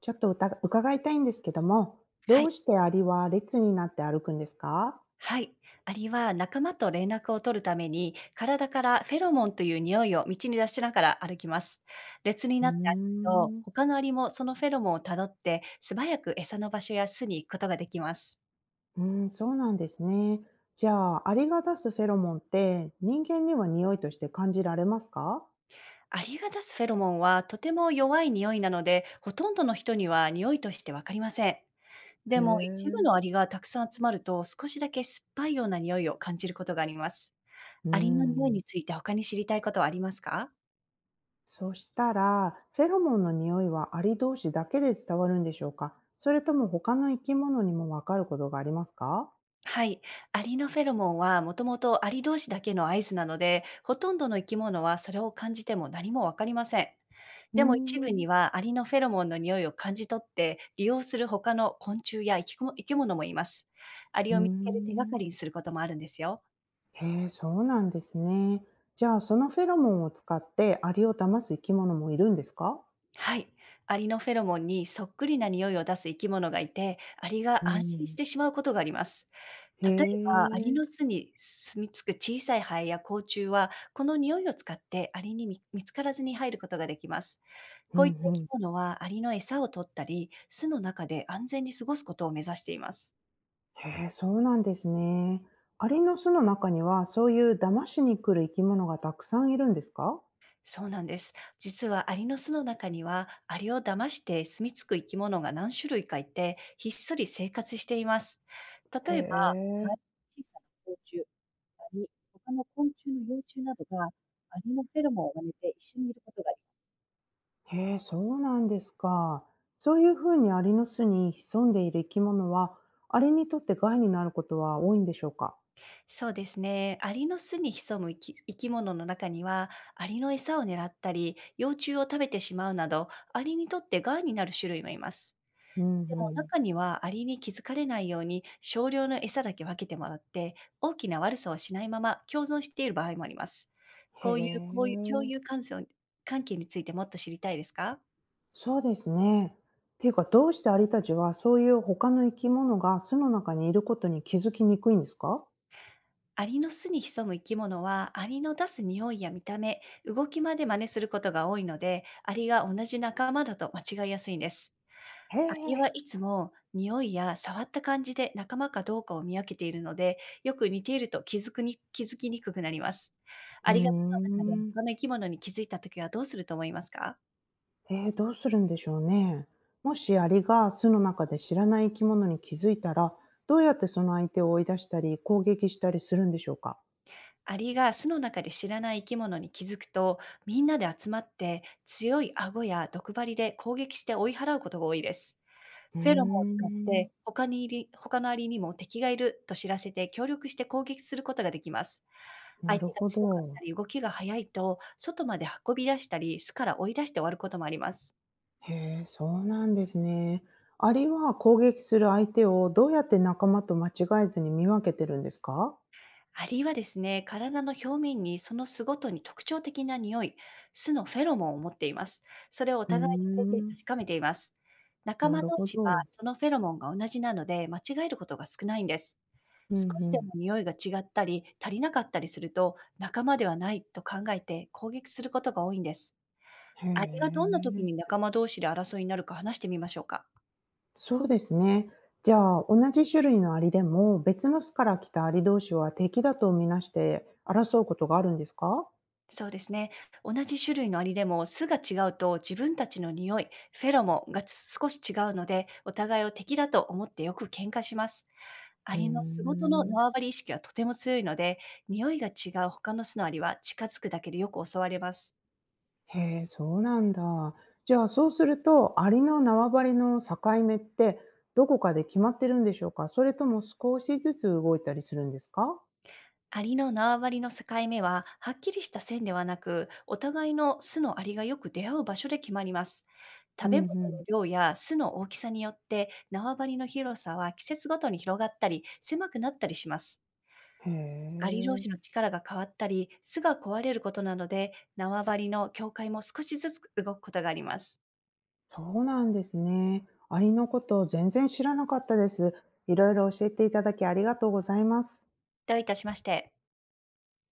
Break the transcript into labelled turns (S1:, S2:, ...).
S1: ちょっとうた伺いたいんですけども、
S2: は
S1: どう
S2: い。
S1: してアリは列になって歩くんですか？
S2: はい。アリは仲間と連絡を取るために、体からフェロモンという匂いを道に出しながら歩きます。列に
S1: うー
S2: なって歩くと、
S1: ん、
S2: 他のアリもそのフェロモンをたどって、素早く餌の場所や巣に行くことができます。
S1: うん、そうなんですね。じゃあ、アリが出すフェロモンって人間には匂いとして感じられますか？
S2: アリが出すフェロモンはとても弱い匂いなので、ほとんどの人には匂いとしてわかりません。
S1: へ
S2: でも、一部
S1: え。
S2: のアリがたくさん集まると、少しだけ酸っぱいような匂いを感じることがあります。
S1: うー
S2: アリの匂い
S1: ん。
S2: について他に知りたいことはありますか？
S1: そしたら、フェロモンの匂いはアリ同士だけで伝わるんでしょうか？それとも他の生き物にもわかることがありますか？
S2: はい。アリのフェロモンはもともとアリ同士だけの合図なので、ほとんどの生き物はそれを感じても何もわかりません。
S1: うー
S2: でも一部
S1: ん、
S2: にはアリのフェロモンの匂いを感じ取って利用する他の昆虫や生き物もいます。アリ
S1: うー
S2: を見つける手がか
S1: ん。
S2: りにすることもあるんですよ。
S1: へえ、そうなんですね。じゃあ、そのフェロモンを使ってアリを騙す生き物もいるんですか？
S2: はい。アリのフェロモンにそっくりな匂いを出す生き物がいて、アリ
S1: う
S2: が安心し
S1: ん。
S2: てしまうことがあります。
S1: へ
S2: 例えば、アリ
S1: え。
S2: の巣に住み着く小さいハエや甲虫は、この匂いを使ってアリに見つからずに入ることができます。
S1: う
S2: こういった
S1: んう
S2: 生き
S1: ん。
S2: 物はアリの餌を取ったり、巣の中で安全に過ごすことを目指しています。
S1: へえ、そうなんですね。アリの巣の中には、そういう騙しに来る生き物がたくさんいるんですか？
S2: そうなんです。実はアリの巣の中には、アリを騙して住み着く生き物が何種類かいて、ひっそり生活しています。
S1: へ
S2: 例えば、ハ
S1: え。
S2: エ、小さな甲虫、アリ、他の昆虫の幼虫などが、アリのフェロモンを真似て一緒にいることが、
S1: へえ、そうなんですか。そういうふうにアリの巣に潜んでいる生き物は、アリにとって害になることは多いんでしょうか？
S2: そうですね。アリの巣に潜む生き物の中には、アリの餌を狙ったり、幼虫を食べてしまうなど、アリにとって癌になる種類もいます。
S1: うん
S2: でも
S1: うん。
S2: 中にはアリに気づかれないように少量の餌だけ分けてもらって、大きな悪さをしないまま共存している場合もあります。
S1: へ
S2: こういう共
S1: え。
S2: 有感想関係についてもっと知りたいですか？
S1: そうですね。っていうか、どうしてアリたちはそういう他の生き物が巣の中にいることに気づきにくいんですか？
S2: アリの巣に潜む生き物は、アリの出す匂いや見た目、動きまで真似することが多いので、アリが同じ仲間だと間違いやすいんです。
S1: へ
S2: アリは
S1: え。
S2: いつも匂いや触った感じで仲間かどうかを見分けているので、よく似ていると気づきにくくなります。
S1: うー
S2: アリが巣の中で
S1: ん。
S2: 他の生き物に気づいたときはどうすると思いますか？
S1: どうするんでしょうね。もしアリが巣の中で知らない生き物に気づいたら、どうやってその相手を追い出したり攻撃したりするんでしょうか？
S2: アリが巣の中で知らない生き物に気づくと、みんなで集まって強い顎や毒針で攻撃して追い払うことが多いです。
S1: うー
S2: フェロモンを使っ
S1: ん。
S2: て、他のアリにも敵がいると知らせて協力して攻撃することができます。
S1: な
S2: 相
S1: る
S2: 手が
S1: ほ
S2: 強かっ
S1: ど。
S2: たり動きが速いと、外まで運び出したり、巣から追い出して終わることもあります。
S1: へえ、そうなんですね。アリは攻撃する相手をどうやって仲間と間違えずに見分けてるんですか？
S2: アリはですね、体の表面にその巣ごとに特徴的な匂い、巣のフェロモンを持っています。それをお
S1: うー
S2: 互いに触れて
S1: ん。
S2: 確かめています。仲
S1: な
S2: 間
S1: る
S2: 同
S1: ほ
S2: 士は
S1: ど。
S2: そのフェロモンが同じなので、間違えることが少ないんです。
S1: うん
S2: 少し
S1: う
S2: で
S1: ん。
S2: も匂いが違ったり、足りなかったりすると、仲間ではないと考えて攻撃することが多いんです。
S1: へ
S2: アリがどんな時
S1: え。
S2: に仲間同士で争いになるか話してみましょうか。
S1: そうですね。じゃあ、同じ種類のアリでも、別の巣から来たアリ同士は敵だとみなして争うことがあるんですか？
S2: そうですね。同じ種類のアリでも巣が違うと自分たちの匂い、フェロモンが少し違うので、お互いを敵だと思ってよく喧嘩します。ア
S1: うー
S2: リの巣ごとの
S1: ん。
S2: 縄張り意識はとても強いので、匂いが違う他の巣のアリは近づくだけでよく襲われます。
S1: へえ、そうなんだ。じゃあ、そうすると、アリの縄張りの境目って、どこかで決まってるんでしょうか？それとも少しずつ動いたりするんですか？
S2: アリの縄張りの境目は、はっきりした線ではなく、お互いの巣のアリがよく出会う場所で決まります。
S1: う
S2: 食べ
S1: ん
S2: 物
S1: うん。
S2: の量や巣の大きさによって、縄張りの広さは季節ごとに広がったり、狭くなったりします。
S1: へ
S2: アリ同
S1: え。
S2: 士の力が変わったり、巣が壊れることなどで、縄張りの境界も少しずつ動くことがあります。
S1: そうなんですね。アリのこと全然知らなかったです。いろいろ教えていただきありがとうございます。
S2: どういたしまして。